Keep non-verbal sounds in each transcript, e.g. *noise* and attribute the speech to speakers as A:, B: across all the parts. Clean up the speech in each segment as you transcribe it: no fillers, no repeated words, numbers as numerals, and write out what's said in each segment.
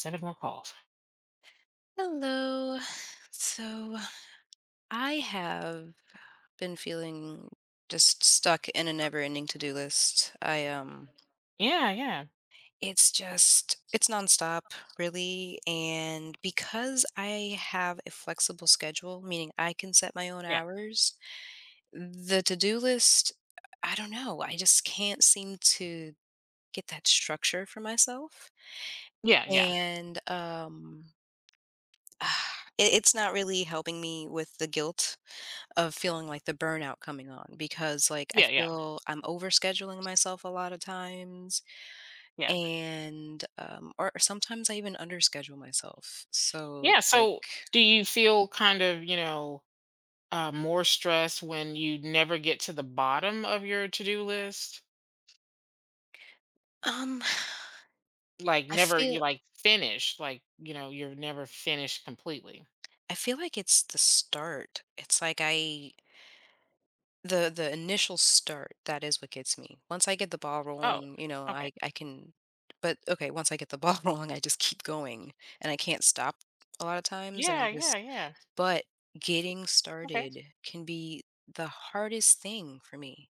A: Instead of more calls.
B: Hello. So I have been feeling just stuck in a never-ending to-do list. I
A: Yeah, yeah.
B: It's just it's nonstop, really, and because I have a flexible schedule, meaning I can set my own
A: Yeah.
B: hours, the to-do list, I don't know, I just can't seem to get that structure for myself.
A: Yeah, yeah.
B: And *sighs* It's not really helping me with the guilt of feeling like the burnout coming on because like I
A: Yeah, yeah.
B: feel I'm overscheduling myself a lot of times
A: Yeah.
B: and or sometimes I even underschedule myself. So it's
A: Yeah,
B: like
A: so do you feel kind of, more stress when you never get to the bottom of your to-do list?
B: um
A: Like
B: I
A: never
B: feel
A: you like finish, like, you know, you're never finished completely.
B: I feel like it's the start. It's like I the initial start that is what gets me. Once I get the ball
A: Oh,
B: rolling, you know,
A: okay.
B: I can, but okay, once I get the ball *laughs* rolling, I just keep going and I can't stop a lot of times and
A: Yeah,
B: I
A: yeah,
B: just.
A: yeah.
B: But getting
A: Okay.
B: started can be the hardest thing for me.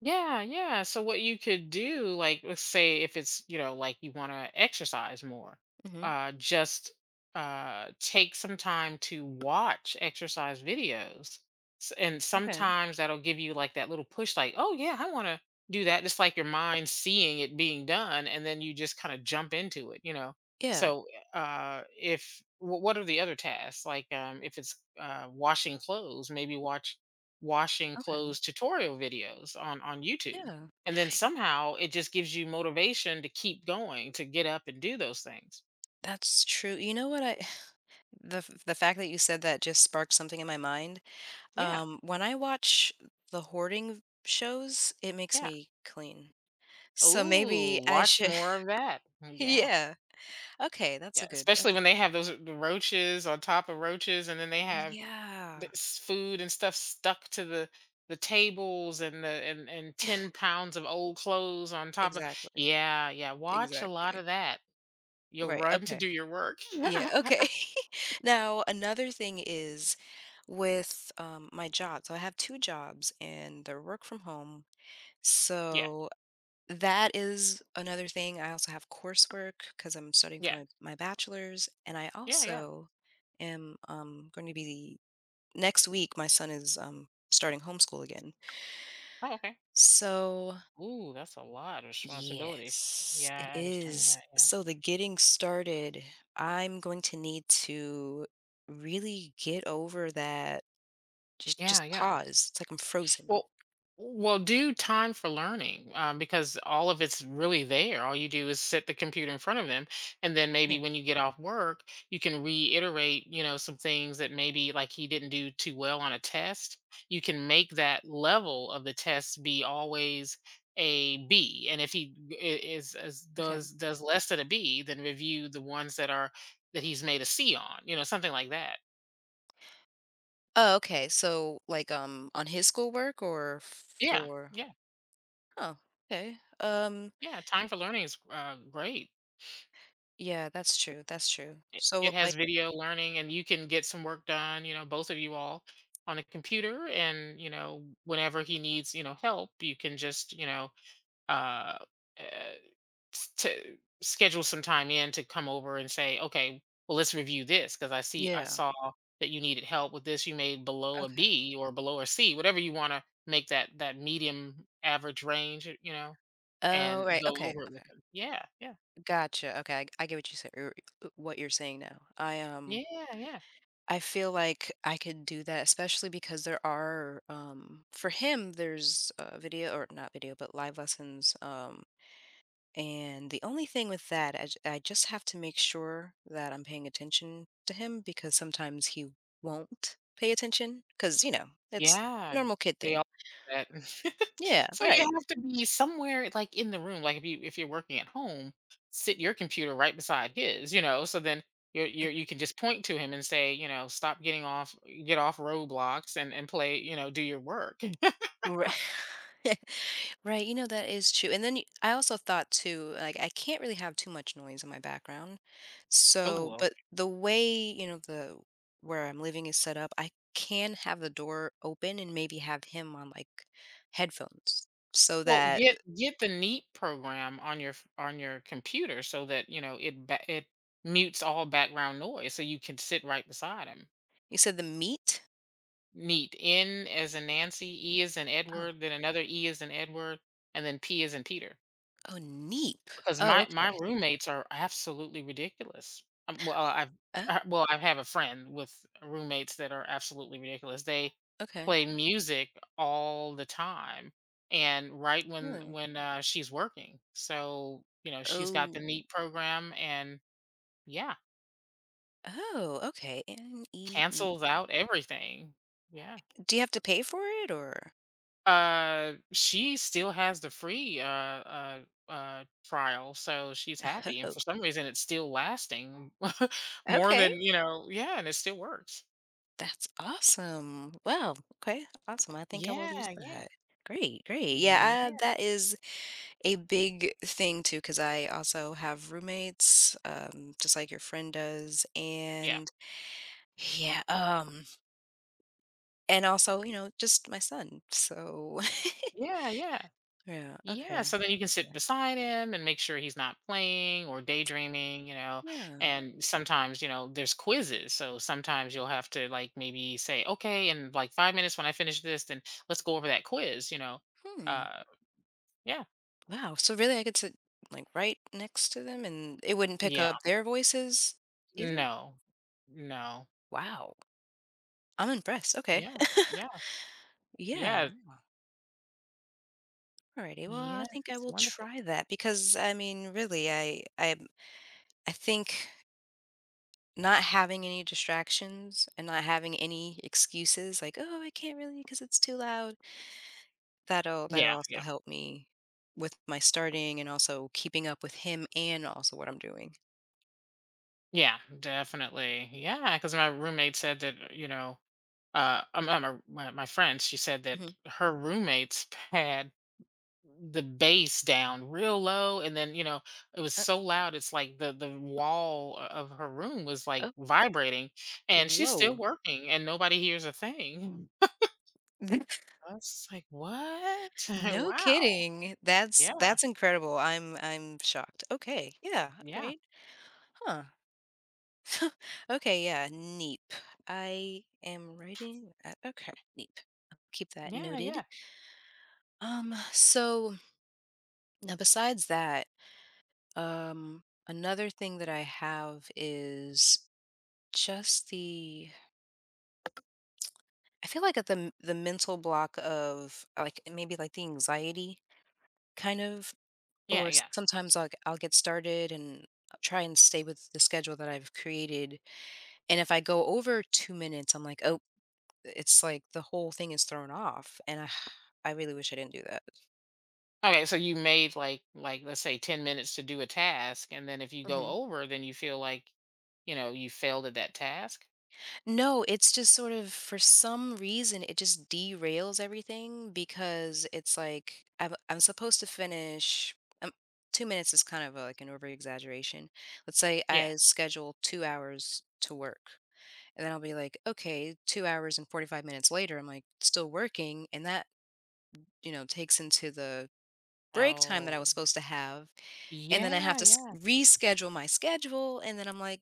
A: Yeah, yeah. So what you could do, like let's say if it's, you know, like you want to exercise more,
B: Hmm.
A: just take some time to watch exercise videos. And
B: Okay.
A: sometimes that'll give you like that little push like, "Oh yeah, I want to do that." Just like your mind seeing it being done and then you just kind of jump into it, you know.
B: Yeah.
A: So if what are the other tasks? Like if it's washing clothes, maybe watch washing
B: Okay.
A: clothes tutorial videos on YouTube.
B: Yeah.
A: And then somehow it just gives you motivation to keep going, to get up and do those things.
B: That's true. You know what I *sighs* the fact that you said that just sparked something in my mind.
A: Yeah.
B: Um, when I watch the hoarding shows, it makes
A: Yeah.
B: me clean. So maybe
A: Ooh,
B: I
A: watch
B: should.
A: more of that. Mm,
B: *laughs*
A: yeah.
B: Yeah. Okay, that's
A: Yeah.
B: a good. That's
A: Especially
B: a
A: when
B: good.
A: they have those the roaches on top of roaches and then they have the
B: Yeah.
A: food and stuff stuck to the tables and and 10
B: *laughs*
A: pounds of old clothes on top of,
B: Exactly.
A: yeah, yeah, watch a lot
B: Exactly.
A: of that, you'll
B: Right.
A: run to
B: Okay.
A: do your work. *laughs* Yeah,
B: Yeah, okay. *laughs* Now, another thing is with my job. So I have two jobs and they're work from home.
A: yeah,
B: So that is another thing. I also have coursework because I'm studying for
A: yeah,
B: my, my bachelor's. And I
A: yeah.
B: also am going to be, next week, my son is starting homeschool again.
A: Oh, okay.
B: So.
A: Ooh, that's a lot of responsibility.
B: Yes, it
A: Yeah, I was doing
B: is.
A: that. Yeah.
B: So the getting started, I'm going to need to really get over that. Just
A: Yeah,
B: just
A: yeah.
B: pause. It's like I'm frozen.
A: Well, well, do time for learning, because all of it's really there. All you do is sit the computer in front of them, and then
B: Yeah.
A: maybe when you get off work, you can reiterate, you know, some things that maybe like he didn't do too well on a test. You can make that level of the test be always a B, and if he I- is
B: Okay.
A: does less than a B, then review the ones that are that he's made a C on, you know, something like that.
B: Oh, okay. So like on his schoolwork or
A: Yeah,
B: for.
A: yeah,
B: Oh, okay.
A: yeah. Time for learning is great.
B: Yeah, that's true. That's true. So
A: It
B: like,
A: has video learning, and you can get some work done, you know, both of you all on a computer. And, you know, whenever he needs, you know, help, you can just, you know, uh, uh, to schedule some time in to come over and say, okay, well, let's review this because I
B: yeah,
A: saw that you needed help with this. You made below a
B: okay.
A: B or below a C, whatever you want to make that medium average range, you know,
B: Oh,
A: and
B: right.
A: go
B: Okay.
A: over it with
B: Okay.
A: them. Yeah, yeah,
B: Gotcha. Okay. I get what you said, what you're saying now.
A: yeah, yeah.
B: I feel like I could do that, especially because there are, for him, there's video, or not video, but live lessons. And the only thing with that, I just have to make sure that I'm paying attention to him because sometimes he won't pay attention because, you know, it's
A: Yeah,
B: normal kid
A: they
B: thing.
A: all do that. *laughs*
B: Yeah,
A: So you
B: right.
A: have to be somewhere, like, in the room, like, if you're working at home, sit your computer right beside his, you know, so then you can just point to him and say, you know, "Stop getting off, get off Roblox and play, you know, do your work." *laughs*
B: Right. *laughs* Right, you know, that is true, and then y I also thought too, like, I can't really have too much noise in my background,
A: Oh,
B: so
A: well.
B: but the way, you know, the where I'm living is set up, I can have the door open and maybe have him on, like, headphones so
A: Well,
B: that
A: get get the Neat program on your ph on your computer so that, you know, it mutes all background noise so you can sit right beside him.
B: you said the meat?
A: Neat. N as in Nancy, E as in
B: Oh.
A: Edward, then another E as in Edward, and then P as in Peter.
B: Oh, neep.
A: Because
B: Oh,
A: my
B: okay.
A: roommates are absolutely ridiculous.
B: Oh,
A: Well, I have a friend with roommates that are absolutely ridiculous. They
B: okay.
A: play music all the time, and right when
B: Really?
A: when uh, she's working, so you know she's got
B: Oh.
A: the neat program, and yeah,
B: Oh, okay, N-E-E.
A: cancels out everything. Yeah.
B: Do you have to pay for it or?
A: She still has the free trial, so she's
B: *laughs*
A: happy. And
B: Oh,
A: for some reason, it's still lasting *laughs* more
B: okay.
A: than you know. Yeah, and it still works.
B: That's awesome. Wow. Okay. Awesome. I think I will use
A: Yeah, yeah,
B: that. Great. Great. Yeah.
A: yeah,
B: I, that is a big thing too, because I also have roommates, just like your friend does,
A: yeah,
B: and yeah. And also, you know, just my son. So
A: yeah, yeah.
B: *laughs* yeah.
A: Yeah,
B: Okay.
A: so then
B: I
A: you can
B: could do
A: sit
B: that.
A: beside him and make sure he's not playing or daydreaming, you know.
B: Yeah.
A: And sometimes, you know, there's quizzes. So sometimes you'll have to like maybe say, okay, in like 5 minutes when I finish this, then let's go over that quiz, you know.
B: Hmm.
A: Uh, yeah.
B: Wow. So really, I could sit like right next to them, and it wouldn't pick up
A: Yeah.
B: their voices either.
A: No. No.
B: Wow. I'm impressed. Okay.
A: Yeah.
B: *laughs*
A: Yeah.
B: Yeah.
A: Yeah.
B: Alrighty. Well, I
A: Yeah.
B: think I
A: It's
B: will
A: wonderful.
B: try that because I mean, really, I I think not having any distractions and not having any excuses like, oh, I can't really because it's too loud. That'll
A: Yeah.
B: also
A: Yeah.
B: help me with my starting and also keeping up with him and also what I'm doing.
A: Yeah. Definitely. Yeah. Because my roommate said that, you know, my friend, she said that
B: Hmm.
A: her roommates had the bass down real low. And then, you know, it was
B: Uh,
A: so loud. It's like the wall of her room was like
B: oh,
A: vibrating and she's still
B: whoa.
A: working and nobody hears a thing.
B: *laughs*
A: I was just like, what? *laughs*
B: No
A: Wow.
B: kidding. That's
A: Yeah.
B: that's incredible. I'm shocked. Okay. Yeah. All
A: Yeah.
B: right. Huh. Okay, yeah, neep. I am writing that. Okay, neep. I'll keep that
A: Yeah,
B: noted.
A: yeah.
B: So now besides that, um, another thing that I have is just the, I feel like at the mental block of like maybe like the anxiety kind of,
A: Yeah,
B: or
A: yeah.
B: sometimes I'll get started and I'll try and stay with the schedule that I've created, and if I go over 2 minutes, I'm like, oh, it's like the whole thing is thrown off and I *sighs* I really wish I didn't do that.
A: Okay, so you made like let's say 10 minutes to do a task and then if you go
B: Hmm.
A: over then you feel like, you know, you failed at that task?
B: No, it's just sort of for some reason it just derails everything because it's like I'm supposed to finish. Um, 2 minutes is kind of a, like an over exaggeration. Let's say
A: Yeah.
B: I schedule 2 hours to work, and then I'll be like, okay, 2 hours and 45 minutes later, I'm like still working, and that you know takes into the break time that
A: Oh.
B: I was supposed to have, and then I have
A: Yeah,
B: to
A: yeah.
B: reschedule my schedule, and then I'm like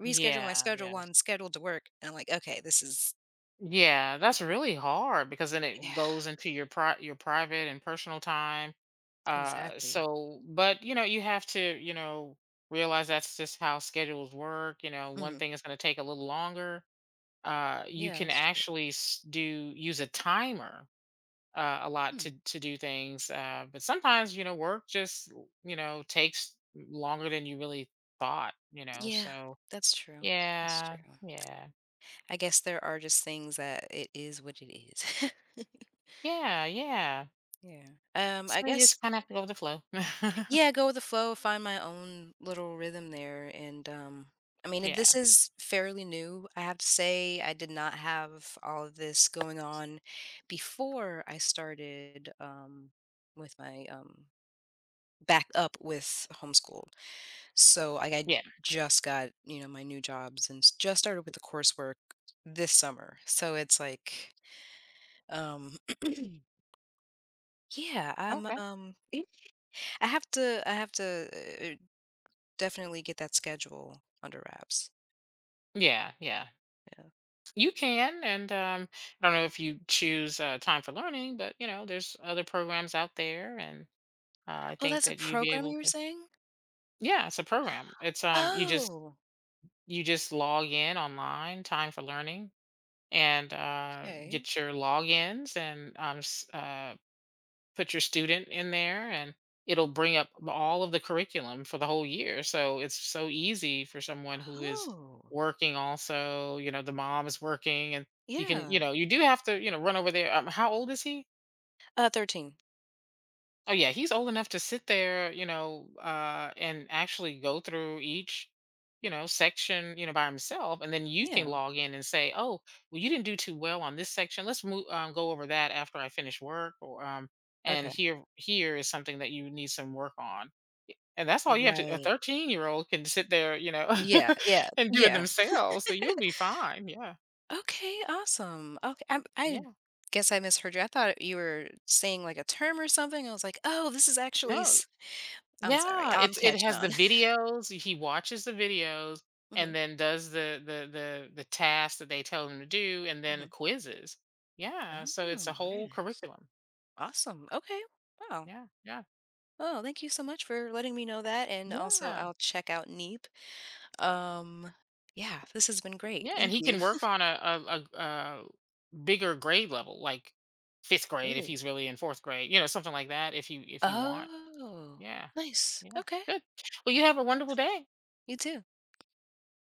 B: reschedule my
A: Yeah,
B: schedule
A: yeah.
B: while I'm scheduled to work, and I'm like, okay, this is.
A: Yeah, that's really hard because then it
B: Yeah,
A: goes into your your private and personal time.
B: exactly.
A: So but you know, you have to, you know, realize that's just how schedules work, you know, one
B: Hmm.
A: thing is going to take a little longer, you
B: Yeah,
A: can
B: that's true.
A: actually s- do use a timer, a lot,
B: Hmm.
A: to do things. But sometimes you know work just, you know, takes longer than you really thought. You know,
B: Yeah,
A: so
B: that's true. That's
A: yeah,
B: true.
A: yeah,
B: I guess there are just things that it is what it is. *laughs*
A: yeah, yeah.
B: Yeah. Um, I
A: So you
B: guess.
A: just kind of have to go with the flow. *laughs*
B: Yeah, go with the flow, find my own little rhythm there, and, I mean, this
A: Yeah,
B: is fairly new, I have to say, I did not have all of this going on before I started, with my, back up with homeschool. So, like, I
A: yeah,
B: just got, you know, my new jobs and s just started with the coursework this summer, so it's like, um *clears throat* yeah, I'm,
A: okay,
B: *clears throat* I have to, uh, definitely get that schedule under wraps.
A: yeah, yeah.
B: Yeah.
A: You can, and I don't know if you choose, time for learning, but you know, there's other programs out there, and I
B: Oh,
A: think
B: that's a
A: that you'd be
B: program
A: able
B: you were
A: to.
B: saying?
A: Yeah, it's a program. It's
B: Oh,
A: you just log in online, time for learning, and
B: okay.
A: get your logins and put your student in there and it'll bring up all of the curriculum for the whole year. So it's so easy for someone who is
B: Oh,
A: working also, you know, the mom is working and you can,
B: yeah.
A: you know, you do have to, you know, run over there. How old is he?
B: 13.
A: Oh yeah, he's old enough to sit there, you know, and actually go through each, you know, section, you know, by himself, and then you can
B: Yeah.
A: log in and say, "Oh, well, you didn't do too well on this section. Let's go over that after I finish work." Or, and
B: Okay.
A: here is something that you need some work on. And that's all you have to. A
B: Right.
A: 13-year-old can sit there, you know,
B: Yeah. Yeah.
A: *laughs* and do it
B: Yeah.
A: themselves, so you'll be fine. Yeah,
B: Okay. Awesome. Okay. I
A: yeah,
B: guess I misheard you. I thought you were saying like a term or something. I was like, oh, this is actually.
A: no.
B: I'm sorry.
A: Yeah,
B: I'm
A: it
B: catching
A: has
B: on.
A: the videos, he watches the videos
B: *laughs*
A: and
B: Hmm.
A: then does the tasks that they tell him to do and
B: Hmm.
A: then quizzes. Yeah, so it's a
B: Oh, very
A: whole
B: nice.
A: curriculum.
B: Awesome. Okay. Wow.
A: Yeah, yeah.
B: Oh, thank you so much for letting me know that. And also,
A: Yeah.
B: I'll check out Neep. Um, yeah, this has been great.
A: Yeah, and
B: Thank
A: he
B: you.
A: can work
B: *laughs*
A: on a bigger grade level, like 5th grade if
B: Really?
A: he's really in 4th grade, you know, something like that if you want.
B: Oh,
A: Yeah.
B: nice.
A: Yeah.
B: Okay.
A: Good. Well, you have a wonderful
B: Thanks.
A: day.
B: You too.